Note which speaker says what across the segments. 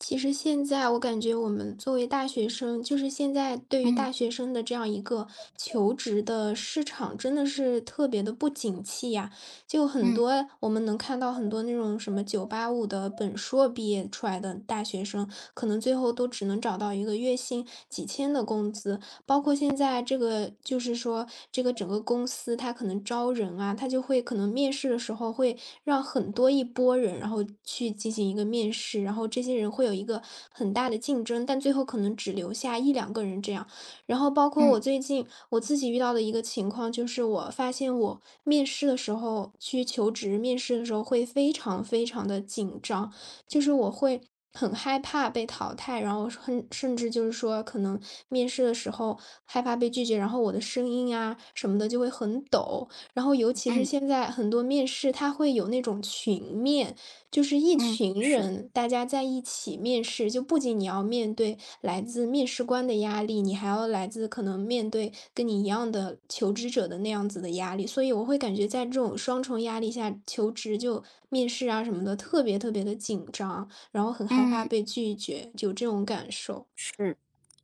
Speaker 1: 其实现在我感觉我们作为大学生，就是现在对于大
Speaker 2: 嗯
Speaker 1: 学生的这样一个求职的市场，真的是特别的不景气呀。就很
Speaker 2: 嗯
Speaker 1: 多我们能看到很多那种什么九八五的本硕毕业出来的大学生，可能最后都只能找到一个月薪几千的工资，包括现在这个就是说这个整个公司它可能招人啊，它就会可能面试的时候会让很多一波人，然后去进行一个面试，然后这些人会有一个很大的竞争，但最后可能只留下一两个人这样。然后包括
Speaker 2: 嗯
Speaker 1: 我最近我自己遇到的一个情况，就是我发现我面试的时候去求职，面试的时候会非常非常的紧张，就是我会很害怕被淘汰，然后很甚至就是说，可能面试的时候害怕被拒绝，然后我的声音啊什么的就会很抖。然后尤其是
Speaker 2: 嗯
Speaker 1: 现在很多面试，它会有那种群面，就是一
Speaker 2: 嗯，
Speaker 1: 群
Speaker 2: 是，
Speaker 1: 人大家在一起面试，就不仅你要面对来自面试官的压力，你还要来自可能面对跟你一样的求职者的那样子的压力，所以我会感觉在这种双重压力下，求职就面试啊什么的，特别特别的紧张，然后很害怕
Speaker 2: 嗯
Speaker 1: 被拒绝，有这种感受。
Speaker 2: 是，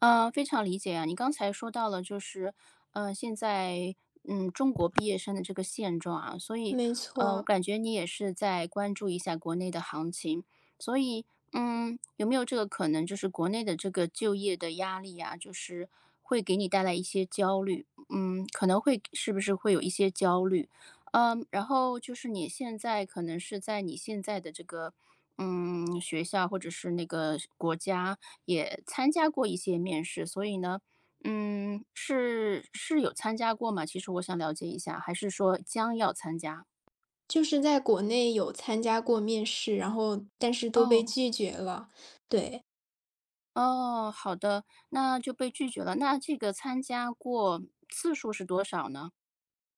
Speaker 2: 非常理解啊。你刚才说到了，就是，现在，中国毕业生的这个现状啊，所以，
Speaker 1: 没
Speaker 2: 我
Speaker 1: 错，
Speaker 2: 感觉你也是在关注一下国内的行情，所以，有没有这个可能，就是国内的这个就业的压力啊，就是会给你带来一些焦虑，可能会是不是会有一些焦虑？然后就是你现在可能是在你现在的这个。学校或者是那个国家也参加过一些面试，所以呢，是有参加过吗？其实我想了解一下，还是说将要参加？
Speaker 1: 就是在国内有参加过面试，然后但是都被
Speaker 2: 哦
Speaker 1: 拒绝了，对。
Speaker 2: 哦，好的，那就被拒绝了。那这个参加过次数是多少呢？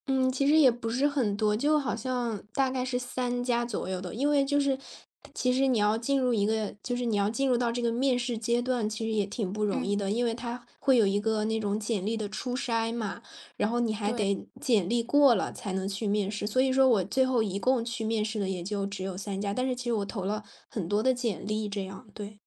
Speaker 1: 嗯，其实也不是很多，就好像大概是三家左右的。因为就是其实你要进入一个就是你要进入到这个面试阶段，其实也挺不容
Speaker 2: 嗯，
Speaker 1: 易的。因为它会有一个那种简历的初筛嘛，然后你还
Speaker 2: 对。
Speaker 1: 得简历过了才能去面试。所以说我最后一共去面试的也就只有三家，但是其实我投了很多的简历这样，对。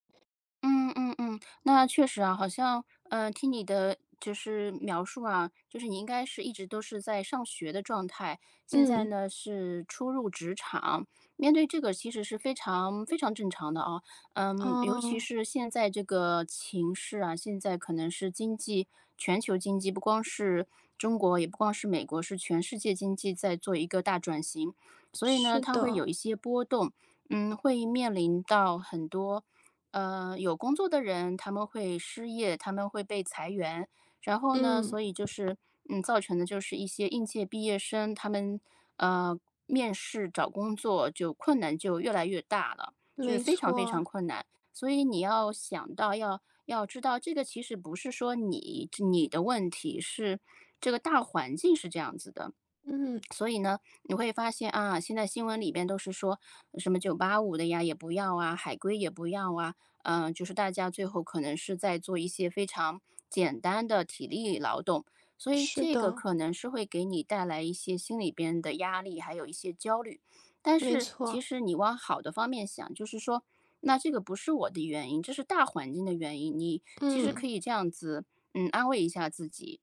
Speaker 2: 嗯嗯嗯，那确实啊，好像，听你的就是描述啊，就是你应该是一直都是在上学的状态，现在
Speaker 1: 嗯，
Speaker 2: 呢是初入职场，面对这个其实是非常非常正常的啊，尤其
Speaker 1: 哦，
Speaker 2: 是现在这个情势啊，现在可能是经济，全球经济不光是中国，也不光是美国，是全世界经济在做一个大转型，所以呢，
Speaker 1: 是
Speaker 2: 它会有
Speaker 1: 的，
Speaker 2: 一些波动。会面临到很多有工作的人他们会失业，他们会被裁员，然后呢，
Speaker 1: 嗯，
Speaker 2: 所以就是造成的就是一些应届毕业生他们呃面试找工作就困难就越来越大了，就是
Speaker 1: 没
Speaker 2: 非常非常
Speaker 1: 错，
Speaker 2: 困难。所以你要想到要知道，这个其实不是说你的问题，是这个大环境是这样子的。
Speaker 1: 嗯，
Speaker 2: 所以呢，你会发现啊，现在新闻里边都是说什么985的呀，也不要啊，海归也不要啊，就是大家最后可能是在做一些非常简单的体力劳动，所以
Speaker 1: 是
Speaker 2: 这个
Speaker 1: 的，
Speaker 2: 可能是会给你带来一些心里边的压力，还有一些焦虑。但
Speaker 1: 没
Speaker 2: 是其
Speaker 1: 错。
Speaker 2: 实你往好的方面想，就是说，那这个不是我的原因，这是大环境的原因。你其实
Speaker 1: 嗯，
Speaker 2: 可以这样子，安慰一下自己。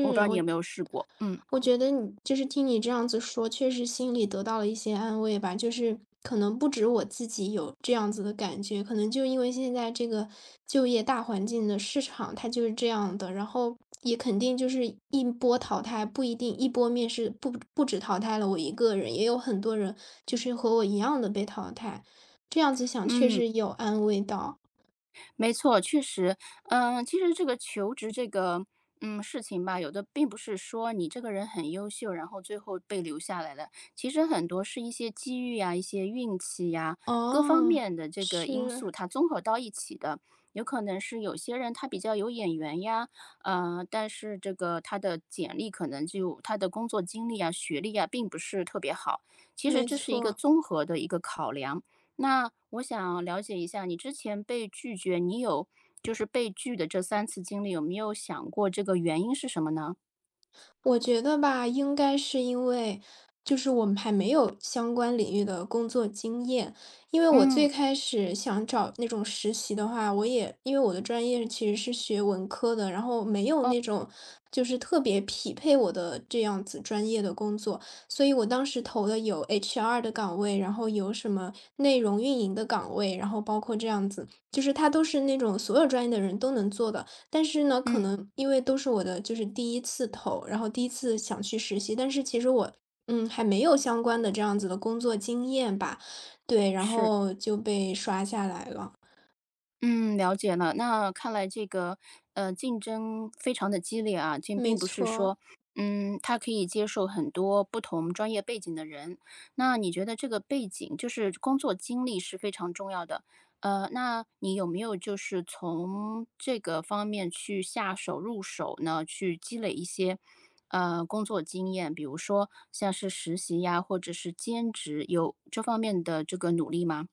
Speaker 2: 我不知道你有
Speaker 1: 我
Speaker 2: 没有试过，嗯。
Speaker 1: 我觉得你就是听你这样子说，确实心里得到了一些安慰吧。就是可能不止我自己有这样子的感觉，可能就因为现在这个就业大环境的市场它就是这样的，然后也肯定就是一波淘汰，不一定一波面试不止淘汰了我一个人，也有很多人就是和我一样的被淘汰。这样子想确
Speaker 2: 嗯，
Speaker 1: 实有安慰到，
Speaker 2: 没错，确实，其实这个求职这个，事情吧，有的并不是说你这个人很优秀，然后最后被留下来的，其实很多是一些机遇呀、一些运气呀，各方
Speaker 1: 哦，
Speaker 2: 面的这个因
Speaker 1: 是，
Speaker 2: 素，它综合到一起的。有可能是有些人他比较有眼缘呀，但是这个他的简历可能就他的工作经历啊、学历啊，并不是特别好。其实
Speaker 1: 没
Speaker 2: 这是一个
Speaker 1: 错。
Speaker 2: 综合的一个考量。那我想了解一下，你之前被拒绝，你有就是被拒的这三次经历，有没有想过这个原因是什么呢？
Speaker 1: 我觉得吧，应该是因为就是我们还没有相关领域的工作经验。因为我最
Speaker 2: 嗯，
Speaker 1: 开始想找那种实习的话，我也因为我的专业其实是学文科的，然后没有
Speaker 2: 哦，
Speaker 1: 那种就是特别匹配我的这样子专业的工作，所以我当时投的有 HR 的岗位，然后有什么内容运营的岗位，然后包括这样子，就是它都是那种所有专业的人都能做的。但是呢，可
Speaker 2: 嗯，
Speaker 1: 能因为都是我的就是第一次投，然后第一次想去实习，但是其实我，嗯，还没有相关的这样子的工作经验吧，对，然
Speaker 2: 是。
Speaker 1: 后就被刷下来了，
Speaker 2: 嗯，了解了。那看来这个，竞争非常的激烈啊，这并
Speaker 1: 没
Speaker 2: 不是
Speaker 1: 错。
Speaker 2: 说，他可以接受很多不同专业背景的人。那你觉得这个背景，就是工作经历是非常重要的。那你有没有就是从这个方面去下手入手呢？去积累一些，工作经验，比如说像是实习呀，或者是兼职，有这方面的这个努力吗？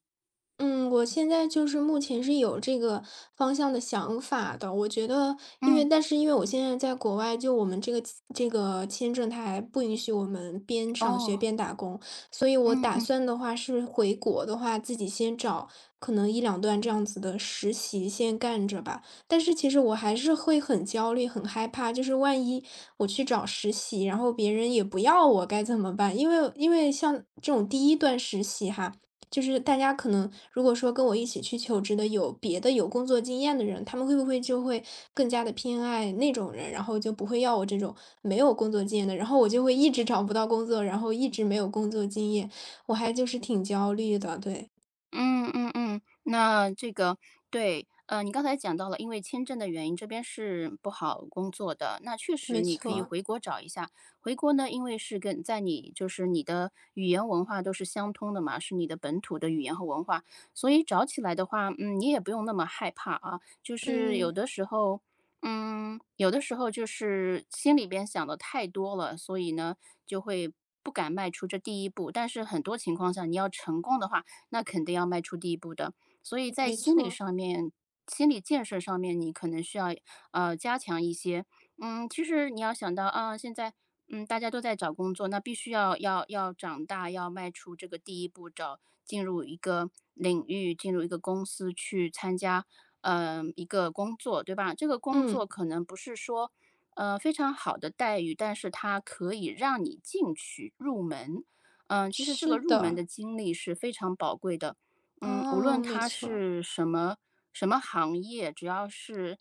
Speaker 1: 嗯，我现在就是目前是有这个方向的想法的。我觉得，因为
Speaker 2: 嗯，
Speaker 1: 但是因为我现在在国外，就我们这个签证，它还不允许我们边上学
Speaker 2: 哦，
Speaker 1: 边打工，所以我
Speaker 2: 嗯
Speaker 1: 打
Speaker 2: 嗯。
Speaker 1: 算的话是回国的话，自己先找可能一两段这样子的实习先干着吧。但是其实我还是会很焦虑、很害怕，就是万一我去找实习，然后别人也不要我该怎么办？因为像这种第一段实习哈。就是大家可能如果说跟我一起去求职的有别的有工作经验的人，他们会不会就会更加的偏爱那种人，然后就不会要我这种没有工作经验的，然后我就会一直找不到工作，然后一直没有工作经验，我还就是挺焦虑的，对，
Speaker 2: 嗯嗯嗯，那这个对，你刚才讲到了，因为签证的原因，这边是不好工作的。那确实
Speaker 1: 没
Speaker 2: 你可以
Speaker 1: 错，
Speaker 2: 回国找一下，回国呢，因为是跟在你就是你的语言文化都是相通的嘛，是你的本土的语言和文化，所以找起来的话，你也不用那么害怕啊。就是有
Speaker 1: 嗯，
Speaker 2: 的时候，有的时候就是心里边想的太多了，所以呢，就会不敢迈出这第一步。但是很多情况下，你要成功的话。那肯定要迈出第一步的。所以在
Speaker 1: 没
Speaker 2: 心理
Speaker 1: 错，
Speaker 2: 上面心理建设上面，你可能需要，加强一些。其实你要想到啊，现在，大家都在找工作，那必须要长大，要迈出这个第一步，进入一个领域，进入一个公司去参加，一个工作，对吧？这个工
Speaker 1: 嗯，
Speaker 2: 作可能不是说，非常好的待遇，但是它可以让你进去入门。其实这个
Speaker 1: 是
Speaker 2: 入门的
Speaker 1: 的，
Speaker 2: 经历是非常宝贵的。无论
Speaker 1: 哦，没
Speaker 2: 它
Speaker 1: 错，
Speaker 2: 是什么什么行业，只要是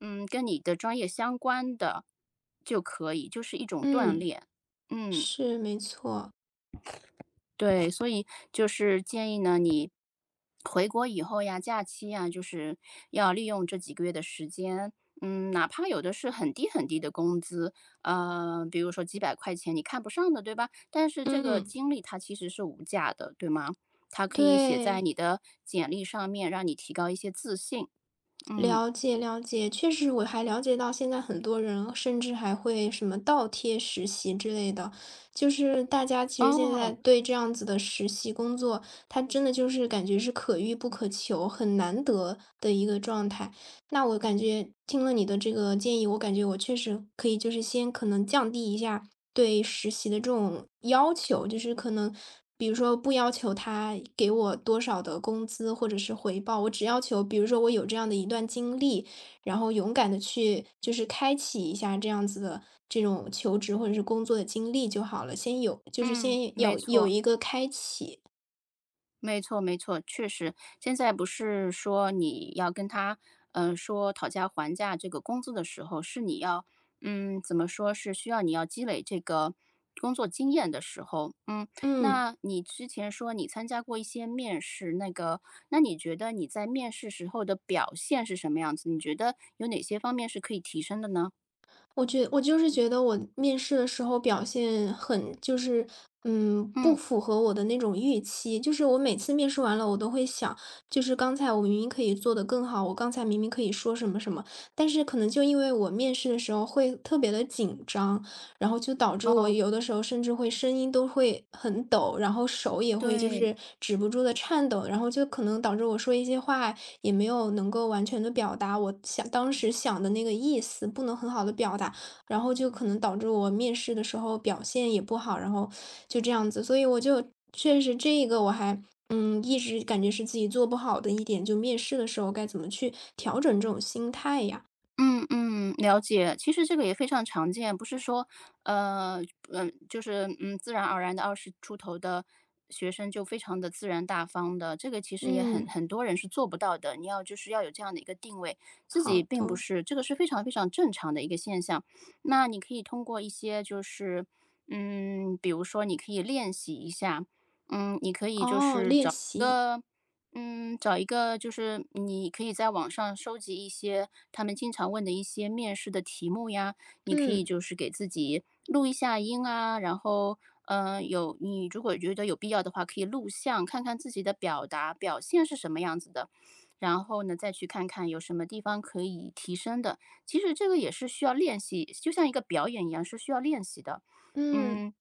Speaker 2: 跟你的专业相关的就可以，就是一种锻
Speaker 1: 嗯，
Speaker 2: 炼。嗯。
Speaker 1: 是没错，
Speaker 2: 对，所以就是建议呢，你回国以后呀，假期呀，就是要利用这几个月的时间，哪怕有的是很低很低的工资，比如说几百块钱，你看不上的，对吧？但是这个
Speaker 1: 嗯，
Speaker 2: 经历它其实是无价的，对吗？它可以写在
Speaker 1: 对。
Speaker 2: 你的简历上面，让你提高一些自信。嗯，
Speaker 1: 了解了解，确实我还了解到现在很多人甚至还会什么倒贴实习之类的，就是大家其实现在
Speaker 2: 哦，
Speaker 1: 对这样子的实习工作，它真的就是感觉是可遇不可求，很难得的一个状态。那我感觉听了你的这个建议，我感觉我确实可以就是先可能降低一下对实习的这种要求，就是可能比如说不要求他给我多少的工资或者是回报，我只要求比如说我有这样的一段经历，然后勇敢的去就是开启一下这样子的这种求职或者是工作的经历就好了，先有就是
Speaker 2: 嗯，
Speaker 1: 先
Speaker 2: 没
Speaker 1: 要有
Speaker 2: 错。
Speaker 1: 一个开启，
Speaker 2: 没错，没错，确实，现在不是说你要跟他，说讨价还价这个工资的时候，是你要，怎么说是需要你要积累这个工作经验的时候，
Speaker 1: 嗯。
Speaker 2: 那你之前说你参加过一些面试，那个，那你觉得你在面试时候的表现是什么样子？你觉得有哪些方面是可以提升的呢？
Speaker 1: 我就是觉得我面试的时候表现很就是，嗯，不
Speaker 2: 嗯，
Speaker 1: 符合我的那种预期。就是我每次面试完了，我都会想，就是刚才我明明可以做得更好，我刚才明明可以说什么什么，但是可能就因为我面试的时候会特别的紧张，然后就导致我
Speaker 2: 哦，
Speaker 1: 有的时候甚至会声音都会很抖，然后手也会就
Speaker 2: 对。
Speaker 1: 是止不住的颤抖，然后就可能导致我说一些话也没有能够完全的表达我想当时想的那个意思，不能很好的表达，然后就可能导致我面试的时候表现也不好，然后就这样子。所以我就确实这个我还，嗯，一直感觉是自己做不好的一点，就面试的时候该怎么去调整这种心态呀。
Speaker 2: 嗯嗯，了解。其实这个也非常常见，不是说，呃，就是自然而然的20出头的学生就非常的自然大方的，这个其实也很
Speaker 1: 嗯，
Speaker 2: 很多人是做不到的。你要就是要有这样的一个定位，自己
Speaker 1: 好
Speaker 2: 并不
Speaker 1: 的。
Speaker 2: 是，这个是非常非常正常的一个现象。那你可以通过一些就是，比如说你可以练习一下，嗯，你可以就
Speaker 1: 哦，
Speaker 2: 是
Speaker 1: 练
Speaker 2: 找。
Speaker 1: 习，
Speaker 2: 个嗯，找一个就是你可以在网上收集一些他们经常问的一些面试的题目呀，你可以
Speaker 1: 嗯，
Speaker 2: 就是给自己录一下音啊，然后，你如果觉得有必要的话，可以录像，看看自己的表达表现是什么样子的，然后呢，再去看看有什么地方可以提升的。其实这个也是需要练习，就像一个表演一样，是需要练习的。
Speaker 1: 嗯，
Speaker 2: 嗯，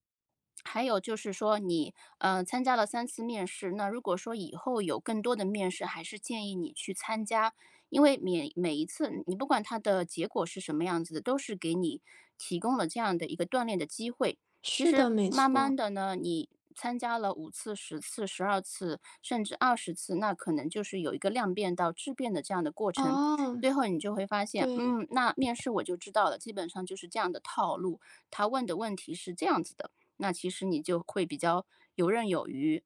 Speaker 2: 还有就是说你，参加了三次面试，那如果说以后有更多的面试，还是建议你去参加。因为每一次你不管它的结果是什么样子的，都是给你提供了这样的一个锻炼的机会。其
Speaker 1: 是
Speaker 2: 实
Speaker 1: 的，没
Speaker 2: 慢慢
Speaker 1: 错。
Speaker 2: 的呢，你参加了5次、十次、12次，甚至20次，那可能就是有一个量变到质变的这样的过程。
Speaker 1: 哦，
Speaker 2: 最后你就会发现，
Speaker 1: 对，
Speaker 2: 那面试我就知道了，基本上就是这样的套路，他问的问题是这样子的。那其实你就会比较游刃有余。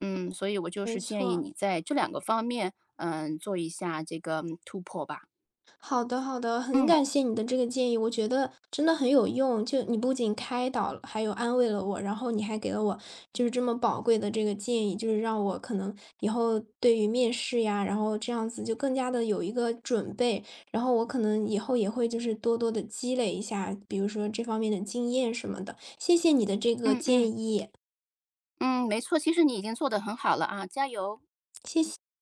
Speaker 2: 所以我就
Speaker 1: 没
Speaker 2: 是建议
Speaker 1: 错。
Speaker 2: 你在这两个方面，做一下这个突破吧。
Speaker 1: 好的，好的，很
Speaker 2: 嗯
Speaker 1: 感谢你的这个建议，我觉得真的很有用。就你不仅开导了，还有安慰了我，然后你还给了我就是这么宝贵的这个建议，就是让我可能以后对于面试呀，然后这样子就更加的有一个准备，然后我可能以后也会就是多多的积累一下，比如说这方面的经验什么的。谢谢你的这个
Speaker 2: 嗯
Speaker 1: 建
Speaker 2: 嗯
Speaker 1: 议，
Speaker 2: 嗯，没错，其实你已经做得很好了啊，加油！
Speaker 1: 谢谢。